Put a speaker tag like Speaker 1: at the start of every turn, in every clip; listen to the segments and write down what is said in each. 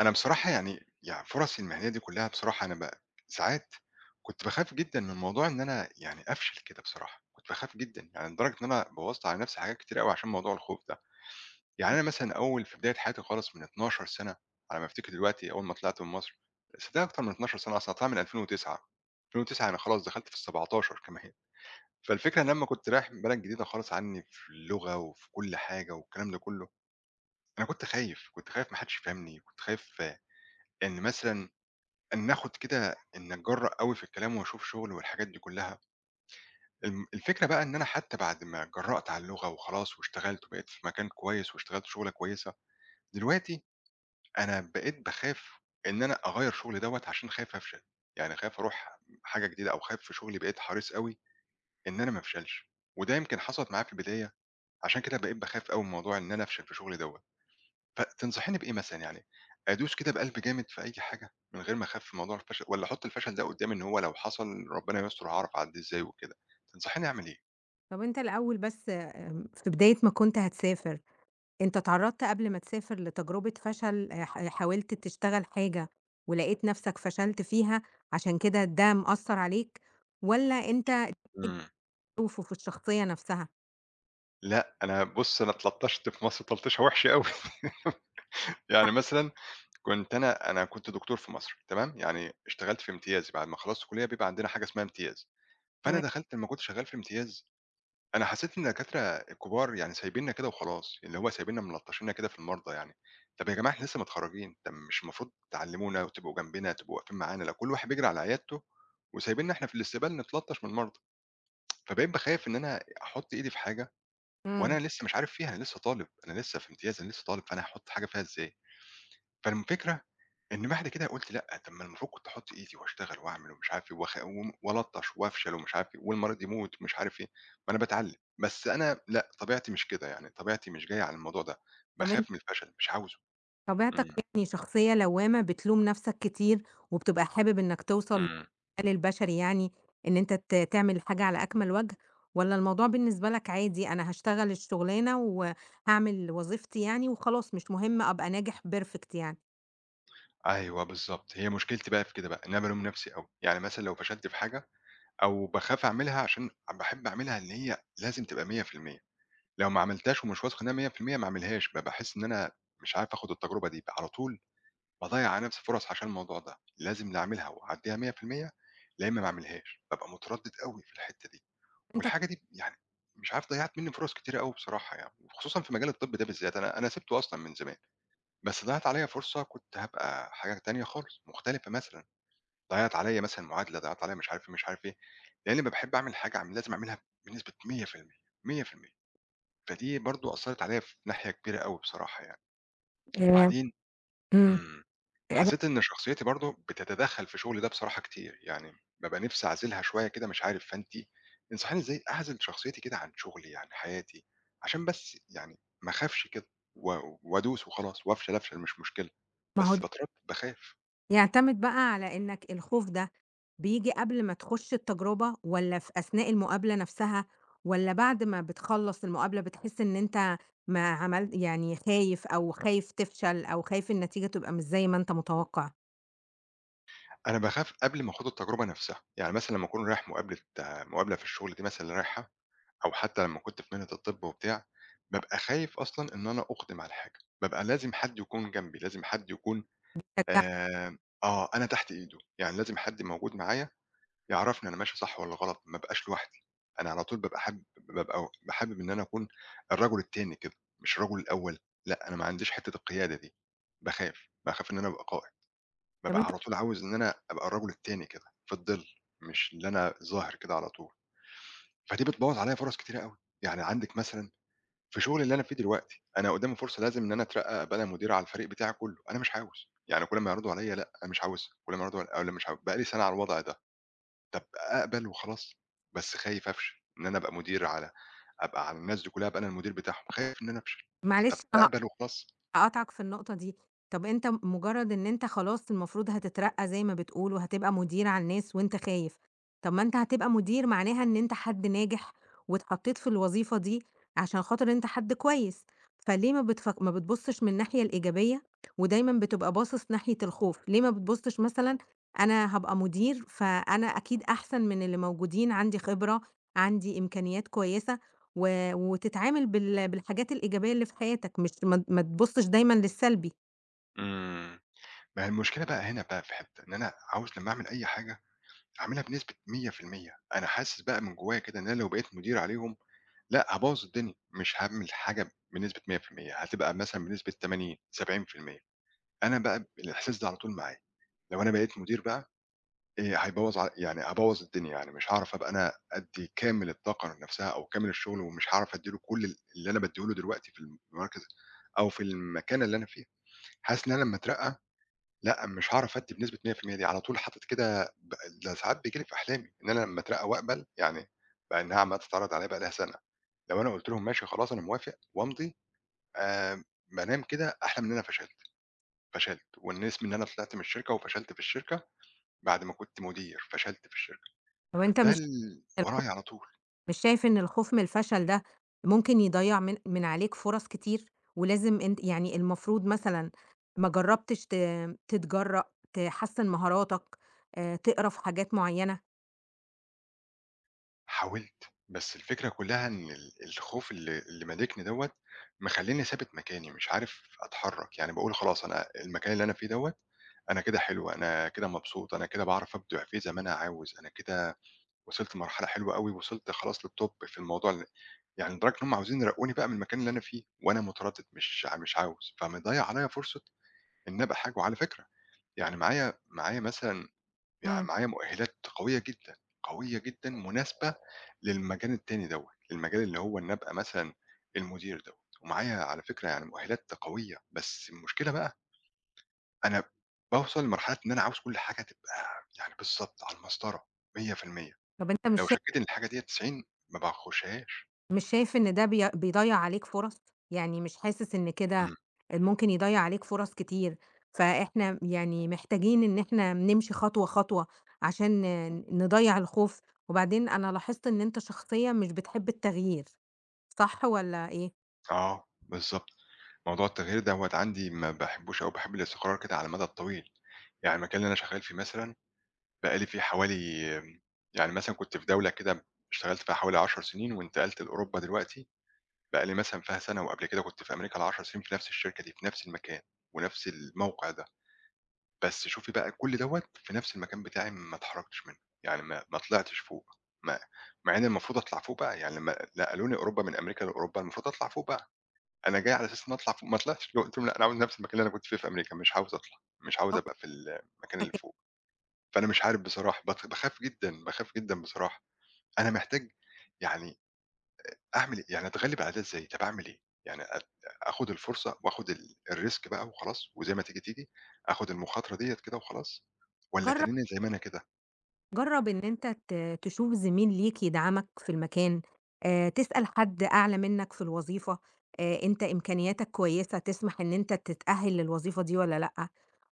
Speaker 1: أنا بصراحة يعني فرصي المهنية دي كلّها بصراحة أنا ساعات كنت باخاف جدًا من موضوع إن أنا يعني أفشل كده بصراحة، كنت باخاف جدًا، يعني لدرجة إن أنا بوّظت على نَفْسي حاجات كتير أوي عشان موضوع الخوف ده. يعني أنا مثلًا أول في بداية حياتي خالص من 12 سَنة على ما أفتكر دلوقتي أول ما طلعت من مصر، صدقني أكتر من 12 سَنة أصلًا أنا طالع من 2009، 2009 أنا خلاص دخلت في ال17 كمان. فالفكرة إن لمّا كنت رايح بلد جديدة خالص عني في اللغة وفي كل حاجة والكلام ده كُلّه، أنا كنت خايف، كنت خايف ما حدّش يفهمني، كنت خايف إن مثلًا إن آخُد كده إن أتجرّأ أوي في الكلام وأشوف شُغل والحاجات دي كُلّها، الفكرة بقى إن أنا حتى بعد ما اتجرّأت على اللغة وخلاص واشتغلت وبقيت في مكان كويس واشتغلت شُغلة كويسة، دلوقتي أنا بقيت باخاف إن أنا أغيّر شُغلي دوّة عشان خايف أفشل، يعني خايف أروح حاجة جديدة أو خايف في شُغلي بقيت حريص أوي إن أنا ما أفشلش، وده يمكن حصلت معايا في البداية، عشان كده بقيت باخاف أوي من موضوع إن أنا أفشل في شُغلي دوّة. فتنصحيني بإيه مثلًا يعني، أدوس كده بقلب جامد في أي حاجة من غير ما أخاف من موضوع الفشل، والّا أحط الفشل ده قدّامي إن هو لو حصل ربنا يستر هاعرف أعدّيه إزاي وكده، تنصحيني أعمل إيه؟
Speaker 2: طب أنت الأول بس في بداية ما كنت هتسافر، أنت اتعرّضت قبل ما تسافر لتجربة فشل حاولت تشتغل حاجة ولقيت نفسك فشلت فيها، عشان كده ده مأثّر عليك، والّا أنت
Speaker 1: إمم.
Speaker 2: ظروفه في الشخصية نفسها؟
Speaker 1: لأ، أنا بُص، أنا اتلطشت في مصر تلطيشة وحشة أوي يعني مثلًا كنت أنا كنت دكتور في مصر تمام، يعني اشتغلت في امتياز بعد ما خلصت كلية بيبقى عندنا حاجة اسمها امتياز، فأنا
Speaker 2: تمام،
Speaker 1: دخلت لمّا كنت شغال في امتياز. أنا حسّيت إن الدكاترة الكبار يعني سايبيننا كده وخلاص، اللي هو سايبيننا ملطّشيننا كده في المرضى يعني. طَب يا جماعة، إحنا لسه متخرّجين، طَب مش المفروض تعلّمونا وتبقوا جنبنا، تبقوا واقفين معانا، لو كل واحد بيجري على عيادته وسايبيننا إحنا في الاستقبال نتلطّش من المرضى. فبقيت باخاف إن أنا أحُط إيدي في حاجة
Speaker 2: إمم،
Speaker 1: وأنا لسه مش عارف فيها، أنا لسه طالب، أنا لسه في امتياز، أنا لسه طالب، فأنا هاحُط حاجة فيها إزاي؟ فالفكرة إن بعد كده قُلت لأ، طب ما المفروض كنت أحُط إيدي وأشتغل وأعمل ومش عارف إيه وأخ وم وألطّش وأفشل ومش عارف إيه والمريض يموت ومش عارف إيه، ما أنا باتعلّم. بس أنا لأ، طبيعتي مش كده، يعني طبيعتي مش جاية على الموضوع ده،
Speaker 2: طب
Speaker 1: باخاف من الفشل، مش عاوزه.
Speaker 2: طبيعتك
Speaker 1: إمم.
Speaker 2: يعني شخصية لوامة بتلوم نفسك كتير، وبتبقى حابب إنك توصل
Speaker 1: إمم.
Speaker 2: للمثال البشري يعني إن أنت تعمل الحاجة على أكمل وجه، والّا الموضوع بالنسبة لك عادي أنا هاشتغل الشغلانة وهاعمل وظيفتي يعني وخلاص مش مهم أبقى ناجح perfect يعني؟
Speaker 1: أيوه بالضبط، هي مشكلتي بقى في كده بقى، إن أنا بالوم نَفْسي أوي. يعني مثلًا لو فشلت في حاجة أو باخاف أعملها عشان باحب أعملها اللي هي لازم تبقى 100%، لو ما عملتهاش ومش واثق إنها 100% ما أعملهاش، بابقى أحس إن أنا مش عارف آخُد التجربة دي، بقى على طول باضيّع على نفسي فرص عشان الموضوع ده، لازم لا أعملها وأعدّيها 100% لا إما ما أعملهاش، بابقى متردد أوي في الحتّة دي،
Speaker 2: أنت
Speaker 1: والحاجة دي يعني مش عارف ضيّعت منّي فرص كتيرة أوي بصراحة يعني، وخصوصًا في مجال الطب ده بالذات، أنا سِبته أصلًا من زمان، بس ضاعت عليّا فرصة كنت هابقى حاجة تانية خالص، مختلفة مثلًا، ضيّعت عليّا مثلًا معادلة، ضيّعت عليّا مش عارف إيه، مش عارف إيه، لإنّي باحب أعمل حاجة لازم أعملها بنسبة 100%، 100%، فدي برضه أثّرت عليّا في ناحية كبيرة أوي بصراحة يعني،
Speaker 2: آآ
Speaker 1: وبعدين.
Speaker 2: إمم.
Speaker 1: إمم. حسّيت إن شخصيتي برضه بتتدخّل في شغلي ده بصراحة كتير، يعني بابقى نِفْسي أعزلها شوية كده مش عارف، فأنتِ تنصحيني إزاي أعزل شخصيتي كده عن شغلي، عن حياتي، عشان بس يعني ما أخافش كده و وأدوس وخلاص وأفشل، أفشل مش مشكلة،
Speaker 2: ما هو
Speaker 1: بس باترد باخاف.
Speaker 2: يعتمد بقى على إنك الخوف ده بييجي قبل ما تخش التجربة والّا في أثناء المقابلة نفسها والّا بعد ما بتخلّص المقابلة بتحس إن أنت ما عمل يعني خايف أو خايف تفشل أو خايف النتيجة تبقى مش زي ما أنت متوقع؟
Speaker 1: أنا باخاف قبل ما آخُد التجربة نَفْسها، يعني مثلًا لمّا أكون رايح مقابلة في الشغل دي مثلًا اللي رايحها أو حتّى لمّا كنت في مهنة الطِب وبتاع، بابقى خايف أصلًا إن أنا أُقدم على حاجة، بابقى لازم حد يكون جنبي، لازم حد يكون آآ آه، أنا تحت إيده، يعني لازم حد موجود معايا يعرفني أنا ماشي صح والّا غلط، ما ابقاش لوحدي، أنا على طول بابقى حابب إن أنا أكون الرجل التاني كده، مش الرجل الأول، لأ أنا ما عنديش حتّة القيادة دي، باخاف، باخاف إن أنا أبقى قائد،
Speaker 2: طب
Speaker 1: بابقى
Speaker 2: أنت
Speaker 1: على طول عاوز إن أنا أبقى الرجل التاني كده، في الظِل، مش اللي أنا ظاهر كده على طول، فدي بتبوّظ عليَّ فرص كتيرة أوي، يعني عندِك مثلًا في شغلي اللي أنا فيه دلوقتي، أنا قدّامي فرصة لازم إن أنا أترقّى أبقى أنا مدير على الفريق بتاعي كلّه، أنا مش عاوز، يعني كل ما يعرضوا عليَّ لأ، أنا مش عاوزها، كل ما يعرضوا علي أقول مش عاوز، بقى لي سَنة على الوضع ده، طَب أقبل وخلاص، بس خايف أفشل، إن أنا أبقى مدير على أبقى على الناس دي كلّها أبقى أنا المدير بتاعهم، خايف إن أنا أفشل، طَب
Speaker 2: معلش ه
Speaker 1: أقبل وخلاص.
Speaker 2: هاقاطعك في النقطة دي، طب أنت مجرد إن أنت خلاص المفروض هتترقى زي ما بتقول، وهتبقى مدير على الناس وأنت خايف، طب ما أنت هتبقى مدير معناها إن أنت حد ناجح، واتحطيت في الوظيفة دي عشان خاطر أنت حد كويس، فليه ما بتبصش من الناحية الإيجابية، ودايمًا بتبقى باصص ناحية الخوف، ليه ما بتبصش مثلًا أنا هابقى مدير فأنا أكيد أحسن من اللي موجودين، عندي خبرة، عندي إمكانيات كويسة. و وتتعامل بال بالحاجات الإيجابية اللي في حياتك، مش ما تبُصّش دايمًا للسلبي،
Speaker 1: إمم، ما هي المشكلة بقى هنا بقى في حتّة، إن أنا عاوز لمّا أعمل أي حاجة أعملها بنسبة 100%، أنا حاسس بقى من جوايا كده إن أنا لو بقيت مدير عليهم لأ، هابوّظ الدنيا، مش هاعمل حاجة بنسبة 100% هتبقى مثلًا بنسبة 80، 70%. أنا بقى الإحساس ده على طول معايا، لو أنا بقيت مدير بقى هيبوّظ ع يعني هابوّظ الدنيا، يعني مش هاعرف أبقى أنا أدّي كامل الطاقة نفْسها أو كامل الشغل ومش هاعرف أدّي له كل اللي أنا بادّيه له دلوقتي في المركز أو في المكانة اللي أنا فيها، حاسس إن أنا لمّا أترقّى لأ، مش هاعرف أدّي بنسبة 100% دي، على طول حاطط كده ده ساعات بييجي لي في أحلامي إن أنا لمّا أترقّى وأقبل يعني بقى إنها عمّالة تتعرض عليّا بقى لها سَنة. لو أنا قُلت لهم ماشي خلاص أنا موافق وأمضي، آآ ما دام كده أحلى من إن أنا فشلت، فشلت وإن اسمي إن أنا طلعت من الشركة وفشلت في الشركة بعد ما كنت مدير، فشلت في الشركة،
Speaker 2: طَب أنت
Speaker 1: ده
Speaker 2: مش الخو
Speaker 1: ورايا على طول.
Speaker 2: مش شايف إن الخوف من الفشل ده ممكن يضيّع من عليك فرص كتير؟ ولازم أنت يعني المفروض مثلًا ما جرّبتش تتجرّأ، تحسّن مهاراتك، تقرا في حاجات معيّنة؟
Speaker 1: حاولت، بس الفكرة كلّها إن الخوف اللي مالكني دوّة مخلّيني ثابت مكاني، مش عارف أتحرّك، يعني باقول خلاص أنا المكان اللي أنا فيه دوّة أنا كده حلو، أنا كده مبسوط، أنا كده باعرف أبدع فيه زي ما أنا عاوز، أنا كده وصلت لمرحلة حلوة أوي، وصلت خلاص للtop في الموضوع ال. يعني لدرجة إن هُم عاوزين يرقّوني بقى من المكان اللي أنا فيه، وأنا متردد مش عاوز، فمضيّع عليَّ فرصة إن أبقى حاجة. وعلى فكرة يعني معايا مثلًا يعني
Speaker 2: إمم،
Speaker 1: معايا مؤهلات قوية جدًا، قوية جدًا مناسبة للمجال التاني دوّة، المجال اللي هو إن أبقى مثلًا المدير دوّة، ومعايا على فكرة يعني مؤهلات قوية، بس المشكلة بقى أنا باوصل لمرحلة إن أنا عاوز كل حاجة تبقى يعني بالضبط على المسطرة 100%،
Speaker 2: طَب أنت مش
Speaker 1: لو
Speaker 2: شايف
Speaker 1: شكّيت إن الحاجة ديّة 90 ما باخشهاش.
Speaker 2: مش شايف إن ده بيضيّع عليك فرص؟ يعني مش حاسس إن كده
Speaker 1: إمم.
Speaker 2: ممكن يضيّع عليك فرص كتير، فإحنا يعني محتاجين إن إحنا نمشي خطوة، خطوة عشان نضيّع الخوف؟ وبعدين أنا لاحظت إن أنت شخصية مش بتحب التغيير، صح والّا إيه؟
Speaker 1: آه، بالضبط. موضوع التغيير دوّة عندي ما باحبوش أوي، باحب الاستقرار كده على المدى الطويل. يعني المكان اللي أنا شغّال فيه مثلًا بقى لي فيه حوالي يعني مثلًا كنت في دولة كده اشتغلت فيها حوالي 10 سنين وانتقلت لأوروبا دلوقتي، بقى لي مثلًا فيها سَنة وقبل كده كنت في أمريكا ال10 سنين في نفس الشركة دي، في نفس المكان ونفس الموقع ده. بس شوفي بقى كل دوّة في نفس المكان بتاعي ما اتحركتش منه، يعني ما طلعتش فوق، ما مع إن المفروض أطلع فوق بقى، يعني لمّا نقلوني أوروبا من أمريكا لأوروبا المفروض أطلع فوق بقى. أنا جاي على أساس إن أطلع فوق، ما طلعتش، قلت لهم: "لأ، أنا عاوز نفس المكان اللي أنا كنت فيه في أمريكا، مش عاوز أطلع، مش عاوز
Speaker 2: أو-
Speaker 1: أبقى في المكان اللي
Speaker 2: أوكي.
Speaker 1: فوق." فأنا مش عارف بصراحة، باخاف جدًا، باخاف جدًا بصراحة. أنا محتاج يعني أعمل إيه؟ يعني أتغلب على ده إزاي؟ طب أعمل إيه؟ يعني آخد الفرصة وآخد ال الrisk بقى وخلاص، وزي ما تيجي، تيجي، آخد المخاطرة ديّة كده وخلاص، والّا
Speaker 2: جرّب
Speaker 1: أتنّني زي ما أنا كده؟
Speaker 2: جرّب إن أنت تشوف زميل ليك يدعمك في المكان، تسأل حد أعلى منّك في الوظيفة، أنت إمكانياتك كويسة تسمح إن أنت تتأهل للوظيفة دي والّا لأ؟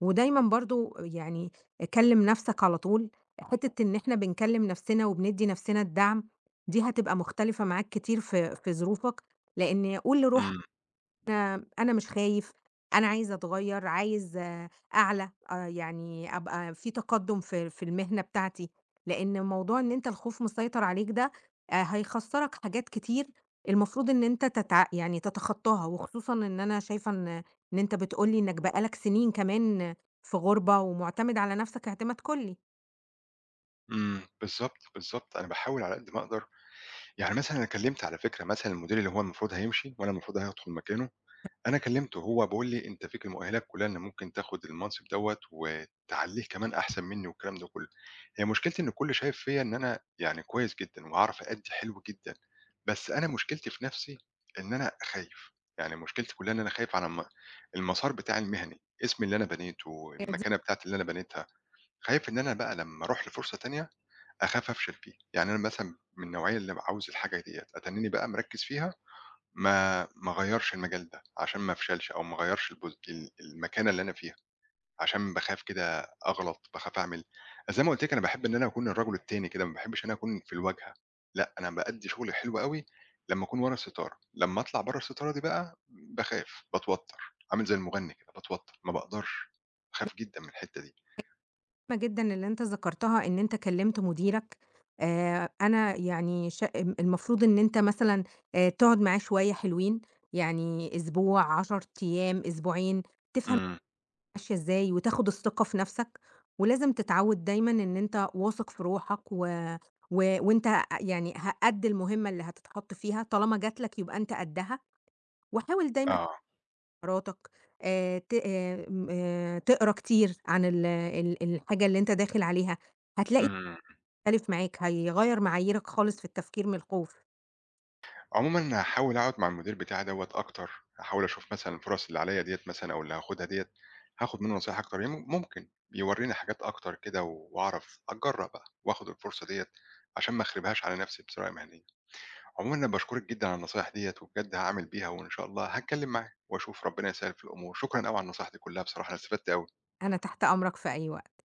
Speaker 2: ودايمًا برضه يعني كلِّم نَفْسك على طول، حتّة إن إحنا بنكلِّم نَفْسنا وبندّي نَفْسنا الدعم، دي هتبقى مختلفة معاك كتير في ظروفك، لإن قُل لروحك
Speaker 1: إمم،
Speaker 2: أنا مش خايف، أنا عايز أتغيّر، عايز أعلى، يعني أبقى في تقدُّم في المهنة بتاعتي، لإن موضوع إن أنت الخوف مسيطر عليك ده هيخسّرك حاجات كتير المفروض إن أنت يعني تتخطّاها، وخصوصًا إن أنا شايفة إن أنت بتقول لي إنك بقى لك سنين كمان في غُربة ومُعتمد على نَفْسك اعتماد كُلّي.
Speaker 1: إمم، بالضبط، بالضبط. أنا باحاول على قد ما أقدر. يعني مثلًا أنا كلمت على فكرة مثلًا المدير اللي هو المفروض هيمشي وأنا المفروض هادخل مكانه أنا كلّمته، هو بيقول لي: "أنت فيك المؤهلات كلّها إن ممكن تاخد المنصب دوّة وتعلّيه كمان أحسن منّي." والكلام ده كلّه. هي مشكلتي إن الكل شايف فيّا إن أنا يعني كويس جدًا وهاعرف أأدّي حلو جدًا، بس أنا مشكلتي في نَفْسي إن أنا خايف، يعني مشكلتي كلّها إن أنا خايف على المسار بتاعي المهني، اسمي اللي أنا بنيته، المكانة بتاعتي اللي أنا بنيتها، خايف إن أنا بقى لمّا أروح لفرصة تانية أخاف أفشل فيها. يعني أنا مثلًا من النوعية اللي عاوز الحاجة ديّة أتنّيني بقى مركّز فيها ما أغيّرش المجال ده، عشان ما أفشلش أو ما أغيّرش البوز ال المكانة اللي أنا فيها، عشان باخاف كده أغلط، باخاف أعمل زي ما قُلت لِك أنا باحب إن أنا أكون الرجل التاني كده، ما باحبش إن أنا أكون في الواجهة، لأ، أنا بأدّي شغلي حلو أوي لمّا أكون ورا الستارة، لمّا أطلع برّه الستارة دي بقى باخاف، باتوتّر، عامل زي المغني كده باتوتّر، ما باقدرش، باخاف جدًا من الحتّة دي.
Speaker 2: مهمة جدًا اللي أنت ذكرتها إن أنت كلّمت مديرك، أنا يعني المفروض إن أنت مثلًا تقعد معاه شوية حلوين، يعني أسبوع، 10 أيام، أسبوعين، تفهم
Speaker 1: إمم،
Speaker 2: ماشية إزاي وتاخد الثقة في نَفْسك، ولازم تتعوّد دايمًا إن أنت واثق في روحك و و وأنت يعني قد المهمة اللي هتتحط فيها، طالما جات لك يبقى أنت قدّها، وحاول دايمًا
Speaker 1: آه،
Speaker 2: مهاراتك، ت م تقرا كتير عن ال ال الحاجة اللي أنت داخل عليها، هتلاقي
Speaker 1: إمم.
Speaker 2: بتختلف معاك، هيغيّر معاييرك خالص في التفكير من الخوف،
Speaker 1: عمومًا هاحاول أقعد مع المدير بتاعي دوّة أكتر، هاحاول أشوف مثلًا الفرص اللي عليّا ديّة مثلًا أو اللي هاخدها ديّة، هاخد منه نصايح أكتر، ممكن يورّيني حاجات أكتر كده و- وأعرف أتجرّأ بقى وآخد الفرصة ديّة عشان ما أخربهاش على نفسي بطريقة مهنية. عمومًا أنا باشكرِك جدًا على النصايح ديّة وبجد هاعمل بيها وإن شاء الله هاتكلّم معاه وأشوف ربنا يسهّل في الأمور. شكرًا أوي على النصايح دي كُلّها بصراحة، أنا استفدت أوي.
Speaker 2: أنا تحت أمرك في أي وقت.